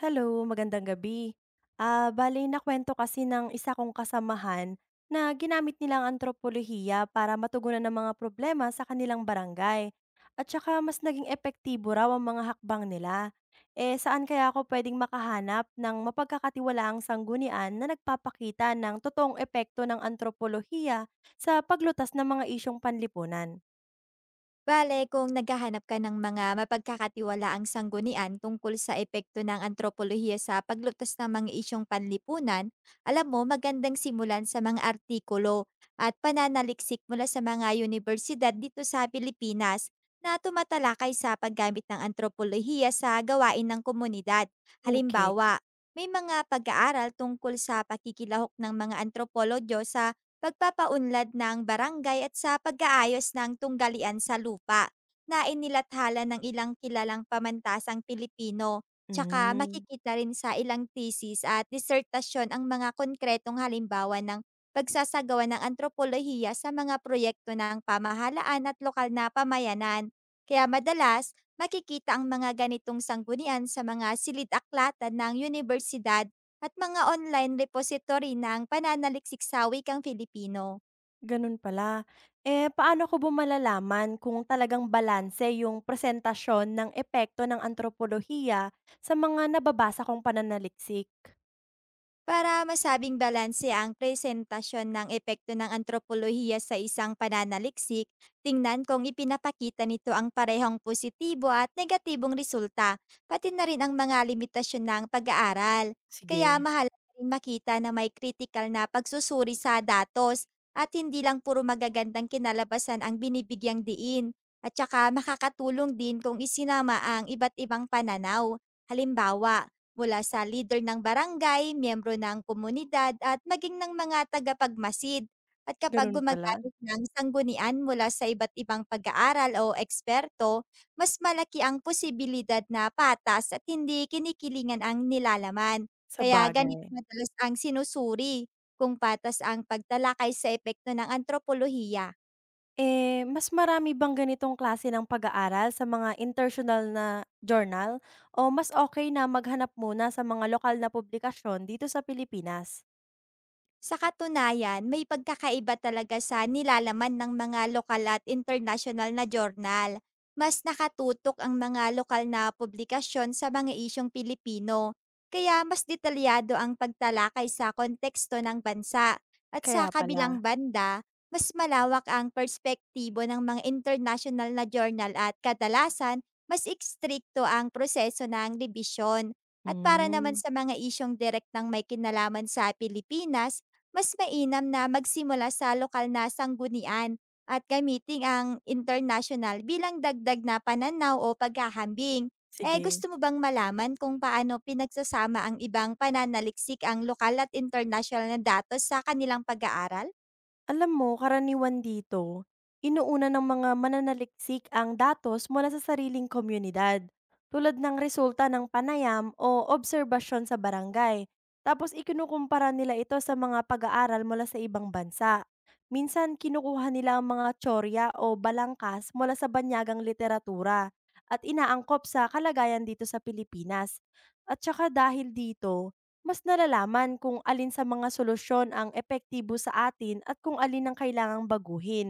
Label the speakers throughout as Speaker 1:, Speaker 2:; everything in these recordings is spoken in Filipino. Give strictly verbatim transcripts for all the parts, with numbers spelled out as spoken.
Speaker 1: Hello, magandang gabi. Ah, bale nakwento kasi ng isa kong kasamahan na ginamit nilang antropolohiya para matugunan ng mga problema sa kanilang barangay. At saka mas naging epektibo raw ang mga hakbang nila. Eh saan kaya ako pwedeng makahanap ng mapagkakatiwalaang sanggunian na nagpapakita ng totoong epekto ng antropolohiya sa paglutas ng mga isyong panlipunan?
Speaker 2: Bale, kung naghahanap ka ng mga mapagkakatiwalaang sanggunian tungkol sa epekto ng antropolohiya sa paglutas ng mga isyong panlipunan, alam mo, magandang simulan sa mga artikulo at pananaliksik mula sa mga universidad dito sa Pilipinas na tumatalakay sa paggamit ng antropolohiya sa gawain ng komunidad.
Speaker 1: Okay.
Speaker 2: Halimbawa, may mga pag-aaral tungkol sa pakikilahok ng mga antropologyo sa pagpapaunlad ng barangay at sa pag-aayos ng tunggalian sa lupa na inilathala ng ilang kilalang pamantasang Pilipino. Tsaka
Speaker 1: Mm.
Speaker 2: makikita rin sa ilang thesis at disertasyon ang mga konkretong halimbawa ng pagsasagawa ng antropolohiya sa mga proyekto ng pamahalaan at lokal na pamayanan. Kaya madalas, makikita ang mga ganitong sanggunian sa mga silid-aklatan ng universidad at mga online repository ng pananaliksik sa wikang Filipino.
Speaker 1: Ganun pala. Eh, paano ko ba malalaman kung talagang balanse yung presentasyon ng epekto ng antropolohiya sa mga nababasa kong pananaliksik?
Speaker 2: Para masabing balanse ang presentasyon ng epekto ng antropolohiya sa isang pananaliksik, tingnan kung ipinapakita nito ang parehong positibo at negatibong resulta, pati na rin ang mga limitasyon ng pag-aaral. Kaya
Speaker 1: Sige.
Speaker 2: mahalaga rin makita na may critical na pagsusuri sa datos at hindi lang puro magagandang kinalabasan ang binibigyang diin. At saka makakatulong din kung isinama ang iba't ibang pananaw. Halimbawa, mula sa leader ng barangay, miyembro ng komunidad at maging ng mga tagapagmasid. At kapag
Speaker 1: Ganun pala.
Speaker 2: gumagamit ng sanggunian mula sa iba't ibang pag-aaral o eksperto, mas malaki ang posibilidad na patas at hindi kinikilingan ang nilalaman.
Speaker 1: Sa
Speaker 2: Kaya ganito
Speaker 1: sabagay.
Speaker 2: madalas ang sinusuri kung patas ang pagtalakay sa epekto ng antropolohiya.
Speaker 1: Eh, mas marami bang ganitong klase ng pag-aaral sa mga international na journal o mas okay na maghanap muna sa mga lokal na publikasyon dito sa Pilipinas?
Speaker 2: Sa katunayan, may pagkakaiba talaga sa nilalaman ng mga lokal at international na journal. Mas nakatutok ang mga lokal na publikasyon sa mga isyong Pilipino, kaya mas detalyado ang pagtalakay sa konteksto ng bansa. At
Speaker 1: Kaya
Speaker 2: sa
Speaker 1: pala.
Speaker 2: kabilang banda, mas malawak ang perspektibo ng mga international na journal at, kadalasan, mas ekstrikto ang proseso ng dibisyon. At para naman
Speaker 1: Hmm.
Speaker 2: sa mga isyong direct ng may kinalaman sa Pilipinas, mas mainam na magsimula sa lokal na sanggunian at gamitin ang international bilang dagdag na pananaw o paghahambing. Eh,
Speaker 1: Sige.
Speaker 2: gusto mo bang malaman kung paano pinagsasama ang ibang pananaliksik ang lokal at international na datos sa kanilang pag-aaral?
Speaker 1: Alam mo, karaniwan dito, inuuna ng mga mananaliksik ang datos mula sa sariling komunidad, tulad ng resulta ng panayam o obserbasyon sa barangay. Tapos ikinukumpara nila ito sa mga pag-aaral mula sa ibang bansa. Minsan kinukuha nila ang mga tsorya o balangkas mula sa banyagang literatura at inaangkop sa kalagayan dito sa Pilipinas. At saka dahil dito, mas nalalaman kung alin sa mga solusyon ang epektibo sa atin at kung alin ang kailangang baguhin.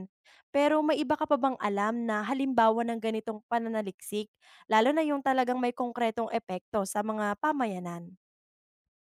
Speaker 1: Pero may iba ka pa bang alam na halimbawa ng ganitong pananaliksik, lalo na yung talagang may konkretong epekto sa mga pamayanan?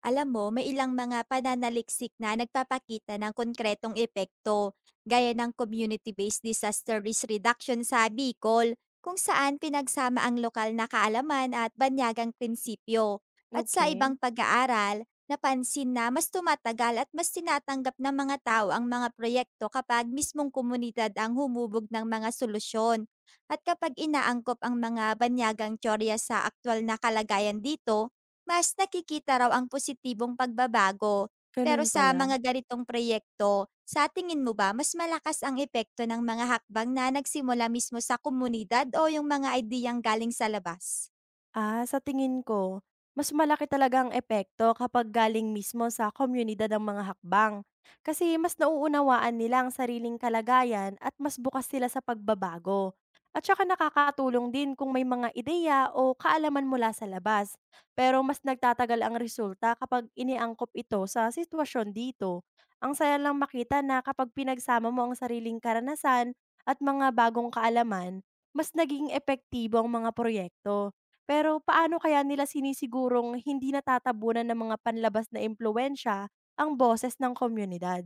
Speaker 2: Alam mo, may ilang mga pananaliksik na nagpapakita ng konkretong epekto, gaya ng community-based disaster risk reduction sa Bicol, kung saan pinagsama ang lokal na kaalaman at banyagang prinsipyo. At sa
Speaker 1: Okay,
Speaker 2: ibang pag-aaral, napansin na mas tumatagal at mas tinatanggap ng mga tao ang mga proyekto kapag mismong komunidad ang humubog ng mga solusyon. At kapag inaangkop ang mga banyagang teorya sa aktwal na kalagayan dito, mas nakikita raw ang positibong pagbabago. Pero
Speaker 1: ganun
Speaker 2: sa
Speaker 1: pala.
Speaker 2: mga ganitong proyekto, sa tingin mo ba mas malakas ang epekto ng mga hakbang na nagsimula mismo sa komunidad o yung mga ideyang galing sa labas?
Speaker 1: Ah, sa tingin ko, mas malaki talaga ang epekto kapag galing mismo sa komunidad ng mga hakbang. Kasi mas nauunawaan nila ang sariling kalagayan at mas bukas sila sa pagbabago. At saka nakakatulong din kung may mga ideya o kaalaman mula sa labas. Pero mas nagtatagal ang resulta kapag iniangkop ito sa sitwasyon dito. Ang saya lang makita na kapag pinagsama mo ang sariling karanasan at mga bagong kaalaman, mas naging epektibo ang mga proyekto. Pero paano kaya nila sinisigurong hindi natatabunan ng mga panlabas na impluwensiya ang boses ng komunidad?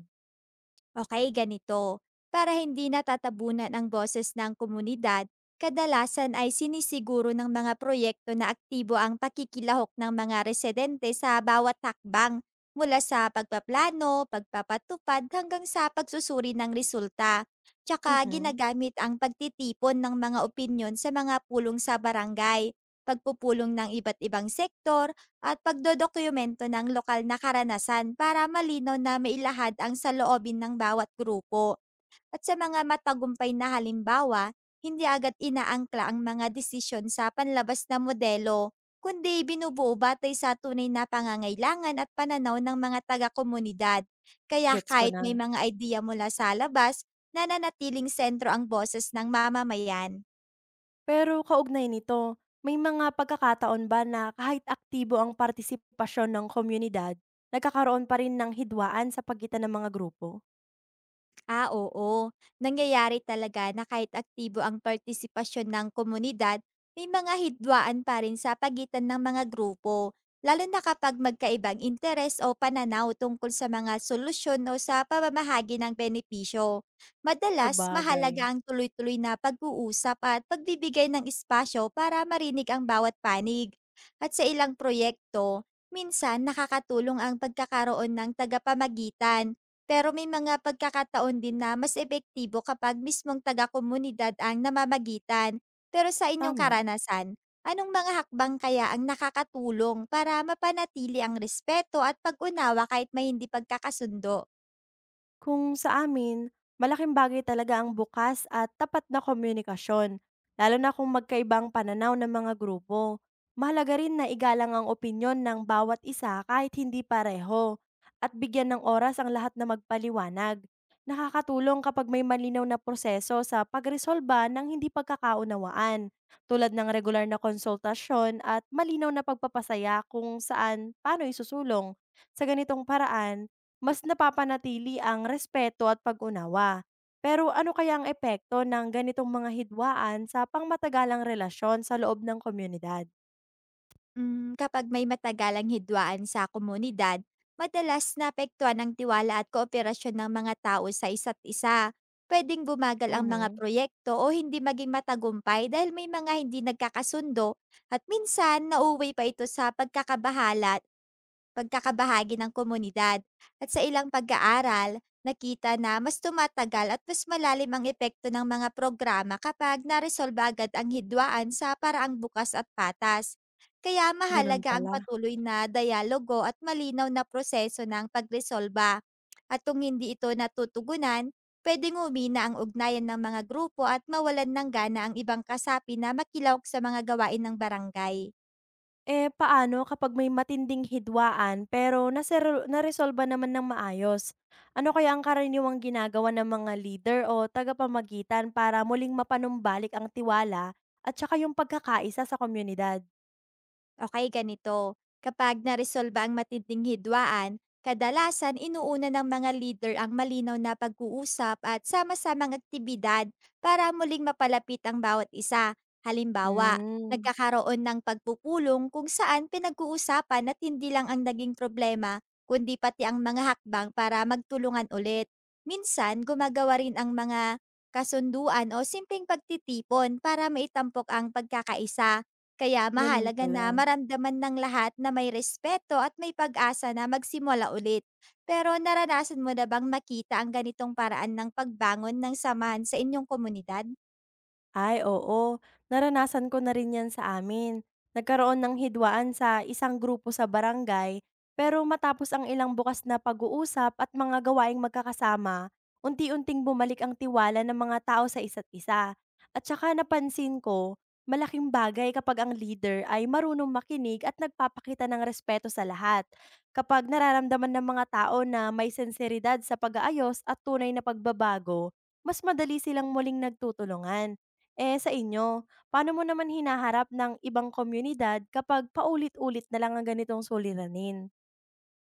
Speaker 2: Okay, ganito. Para hindi natatabunan ang boses ng komunidad, kadalasan ay sinisiguro ng mga proyekto na aktibo ang pakikilahok ng mga residente sa bawat hakbang mula sa pagpaplano, pagpapatupad hanggang sa pagsusuri ng resulta. Tsaka
Speaker 1: Mhm,
Speaker 2: ginagamit ang pagtitipon ng mga opinyon sa mga pulong sa barangay, pagpupulong ng iba't ibang sektor at pagdodokumento ng lokal na karanasan para malinaw na mailahad ang saloobin ng bawat grupo. At sa mga matagumpay na halimbawa, hindi agad inaangkla ang mga desisyon sa panlabas na modelo, kundi binubuo batay sa tunay na pangangailangan at pananaw ng mga taga-komunidad. Kaya
Speaker 1: gets ko
Speaker 2: kahit
Speaker 1: na.
Speaker 2: may mga idea mula sa labas, nananatiling sentro ang boses ng mamamayan.
Speaker 1: Pero kaugnay nito, may mga pagkakataon ba na kahit aktibo ang partisipasyon ng komunidad, nagkakaroon pa rin ng hidwaan sa pagitan ng mga grupo?
Speaker 2: Ah, oo. Nangyayari talaga na kahit aktibo ang partisipasyon ng komunidad, may mga hidwaan pa rin sa pagitan ng mga grupo, lalo na kapag magkaibang interes o pananaw tungkol sa mga solusyon o sa pamamahagi ng benepisyo. Madalas, mahalaga
Speaker 1: Sabagay,
Speaker 2: ang tuloy-tuloy na pag-uusap at pagbibigay ng espasyo para marinig ang bawat panig. At sa ilang proyekto, minsan nakakatulong ang pagkakaroon ng tagapamagitan, pero may mga pagkakataon din na mas epektibo kapag mismong taga-komunidad ang namamagitan. Pero sa inyong
Speaker 1: tama.
Speaker 2: karanasan, anong mga hakbang kaya ang nakakatulong para mapanatili ang respeto at pag-unawa kahit may hindi pagkakasundo?
Speaker 1: Kung sa amin, malaking bagay talaga ang bukas at tapat na komunikasyon, lalo na kung magkaibang pananaw ng mga grupo. Mahalaga rin na igalang ang opinyon ng bawat isa kahit hindi pareho at bigyan ng oras ang lahat na magpaliwanag. Nakakatulong kapag may malinaw na proseso sa pagresolba ng hindi pagkakaunawaan, tulad ng regular na konsultasyon at malinaw na pagpapasaya kung saan paano isusulong. Sa ganitong paraan, mas napapanatili ang respeto at pag-unawa. Pero ano kaya ang epekto ng ganitong mga hidwaan sa pangmatagalang relasyon sa loob ng komunidad?
Speaker 2: Hmm, kapag may matagalang hidwaan sa komunidad, madalas naapektuhan ang tiwala at kooperasyon ng mga tao sa isa't isa. Pwedeng bumagal ang mga
Speaker 1: Mhm.
Speaker 2: proyekto o hindi maging matagumpay dahil may mga hindi nagkakasundo, at minsan nauwi pa ito sa pagkakabahala, pagkakabahagi ng komunidad. At sa ilang pag-aaral, nakita na mas tumatagal at mas malalim ang epekto ng mga programa kapag naresolba agad ang hidwaan sa paraang bukas at patas. Kaya
Speaker 1: Ganun
Speaker 2: mahalaga ang
Speaker 1: pala.
Speaker 2: patuloy na dialogo at malinaw na proseso ng pagresolba. At kung hindi ito natutugunan, pwedeng umina ang ugnayan ng mga grupo at mawalan ng gana ang ibang kasapi na makilawak sa mga gawain ng barangay.
Speaker 1: Eh, paano kapag may matinding hidwaan pero nasero- naresolba naman ng maayos? Ano kaya ang karaniwang ginagawa ng mga leader o tagapamagitan para muling mapanumbalik ang tiwala at saka yung pagkakaisa sa komunidad?
Speaker 2: Okay, ganito. Kapag naresolba ang matinding hidwaan, kadalasan inuuna ng mga leader ang malinaw na pag-uusap at sama-samang aktibidad para muling mapalapit ang bawat isa. Halimbawa,
Speaker 1: Mm,
Speaker 2: nagkakaroon ng pagpupulong kung saan pinag-uusapan at hindi lang ang naging problema, kundi pati ang mga hakbang para magtulungan ulit. Minsan, gumagawa rin ang mga kasunduan o simpleng pagtitipon para maitampok ang pagkakaisa, kaya
Speaker 1: ganun
Speaker 2: mahalaga na
Speaker 1: pala.
Speaker 2: maramdaman ng lahat na may respeto at may pag-asa na magsimula ulit. Pero naranasan mo na bang makita ang ganitong paraan ng pagbangon ng samahan sa inyong komunidad?
Speaker 1: Ay, oo. Naranasan ko na rin 'yan sa amin. Nagkaroon ng hidwaan sa isang grupo sa barangay, pero matapos ang ilang bukas na pag-uusap at mga gawaing magkakasama, unti-unting bumalik ang tiwala ng mga tao sa isa't isa. At saka napansin ko, malaking bagay kapag ang leader ay marunong makinig at nagpapakita ng respeto sa lahat. Kapag nararamdaman ng mga tao na may sinseridad sa pag-aayos at tunay na pagbabago, mas madali silang muling nagtutulungan. Eh, sa inyo, paano mo naman hinaharap ng ibang komunidad kapag paulit-ulit na lang ang ganitong suliranin?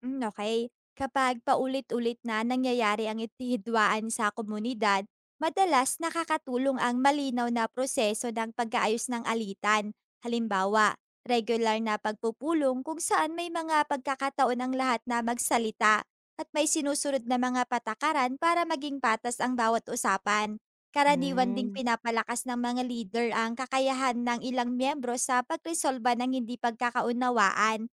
Speaker 2: Hmm, okay. Kapag paulit-ulit na nangyayari ang itihidwaan sa komunidad, madalas nakakatulong ang malinaw na proseso ng pag-aayos ng alitan. Halimbawa, regular na pagpupulong kung saan may mga pagkakataon ang lahat na magsalita at may sinusunod na mga patakaran para maging patas ang bawat usapan. Karaniwan ding
Speaker 1: Hmm.
Speaker 2: pinapalakas ng mga leader ang kakayahan ng ilang miyembro sa pagresolba ng hindi pagkakaunawaan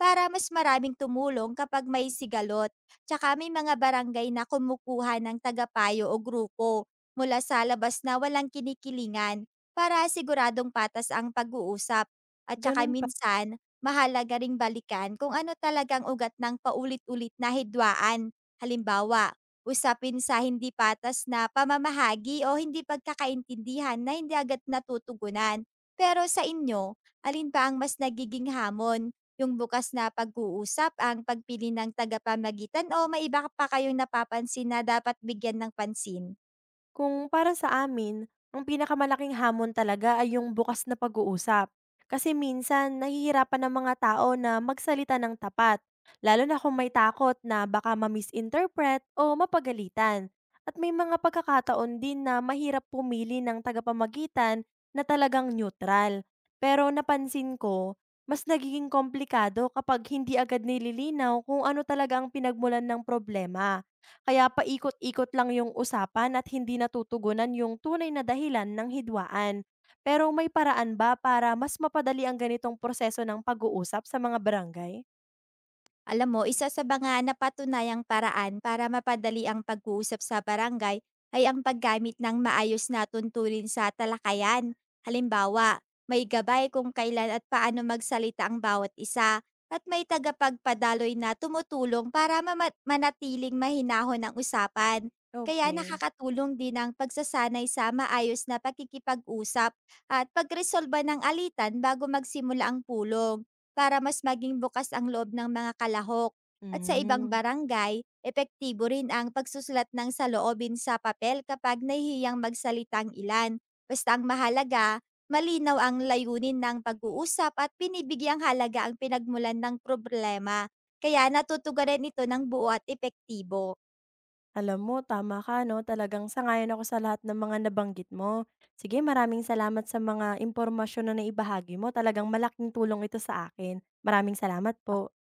Speaker 2: para mas maraming tumulong kapag may sigalot. Tsaka may mga barangay na kumukuha ng tagapayo o grupo mula sa labas na walang kinikilingan para siguradong patas ang pag-uusap. At tsaka
Speaker 1: Ganun.
Speaker 2: minsan, mahalaga ring balikan kung ano talagang ugat ng paulit-ulit na hidwaan. Halimbawa, usapin sa hindi patas na pamamahagi o hindi pagkakaintindihan na hindi agad natutugunan. Pero sa inyo, alin ba ang mas nagiging hamon? Yung bukas na pag-uusap, ang pagpili ng tagapamagitan, o may iba pa kayong napapansin na dapat bigyan ng pansin?
Speaker 1: Kung para sa amin, ang pinakamalaking hamon talaga ay yung bukas na pag-uusap. Kasi minsan, nahihirapan ang mga tao na magsalita ng tapat, lalo na kung may takot na baka ma-misinterpret o mapagalitan. At may mga pagkakataon din na mahirap pumili ng tagapamagitan na talagang neutral. Pero napansin ko, mas nagiging komplikado kapag hindi agad nililinaw kung ano talaga ang pinagmulan ng problema. Kaya paikot-ikot lang yung usapan at hindi natutugunan yung tunay na dahilan ng hidwaan. Pero may paraan ba para mas mapadali ang ganitong proseso ng pag-uusap sa mga barangay?
Speaker 2: Alam mo, isa sa mga napatunayang paraan para mapadali ang pag-uusap sa barangay ay ang paggamit ng maayos na tunturin sa talakayan. Halimbawa, may gabay kung kailan at paano magsalita ang bawat isa at may tagapagpadaloy na tumutulong para mama- manatiling mahinahon ang usapan. Kaya
Speaker 1: Okay.
Speaker 2: nakakatulong din ang pagsasanay sa maayos na pakikipag-usap at pagresolba ng alitan bago magsimula ang pulong para mas maging bukas ang loob ng mga kalahok. At sa ibang
Speaker 1: Hmm.
Speaker 2: barangay, epektibo rin ang pagsusulat ng saloobin sa papel kapag nahihiyang magsalita ang ilan. Basta ang mahalaga, malinaw ang layunin ng pag-uusap at pinibigyang halaga ang pinagmulan ng problema. Kaya natutugaran ito ng buo at epektibo.
Speaker 1: Alam mo tama ka 'no, talagang sangayon ako sa lahat ng mga nabanggit mo. Sige, maraming salamat sa mga impormasyon na naibahagi mo, talagang malaking tulong ito sa akin. Maraming salamat
Speaker 2: Ok-
Speaker 1: po.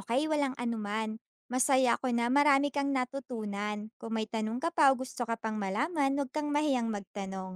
Speaker 2: Okay, walang anuman. Masaya ako na marami kang natutunan. Kung may tanong ka pa o gusto ka pang malaman, huwag kang mahiyang magtanong.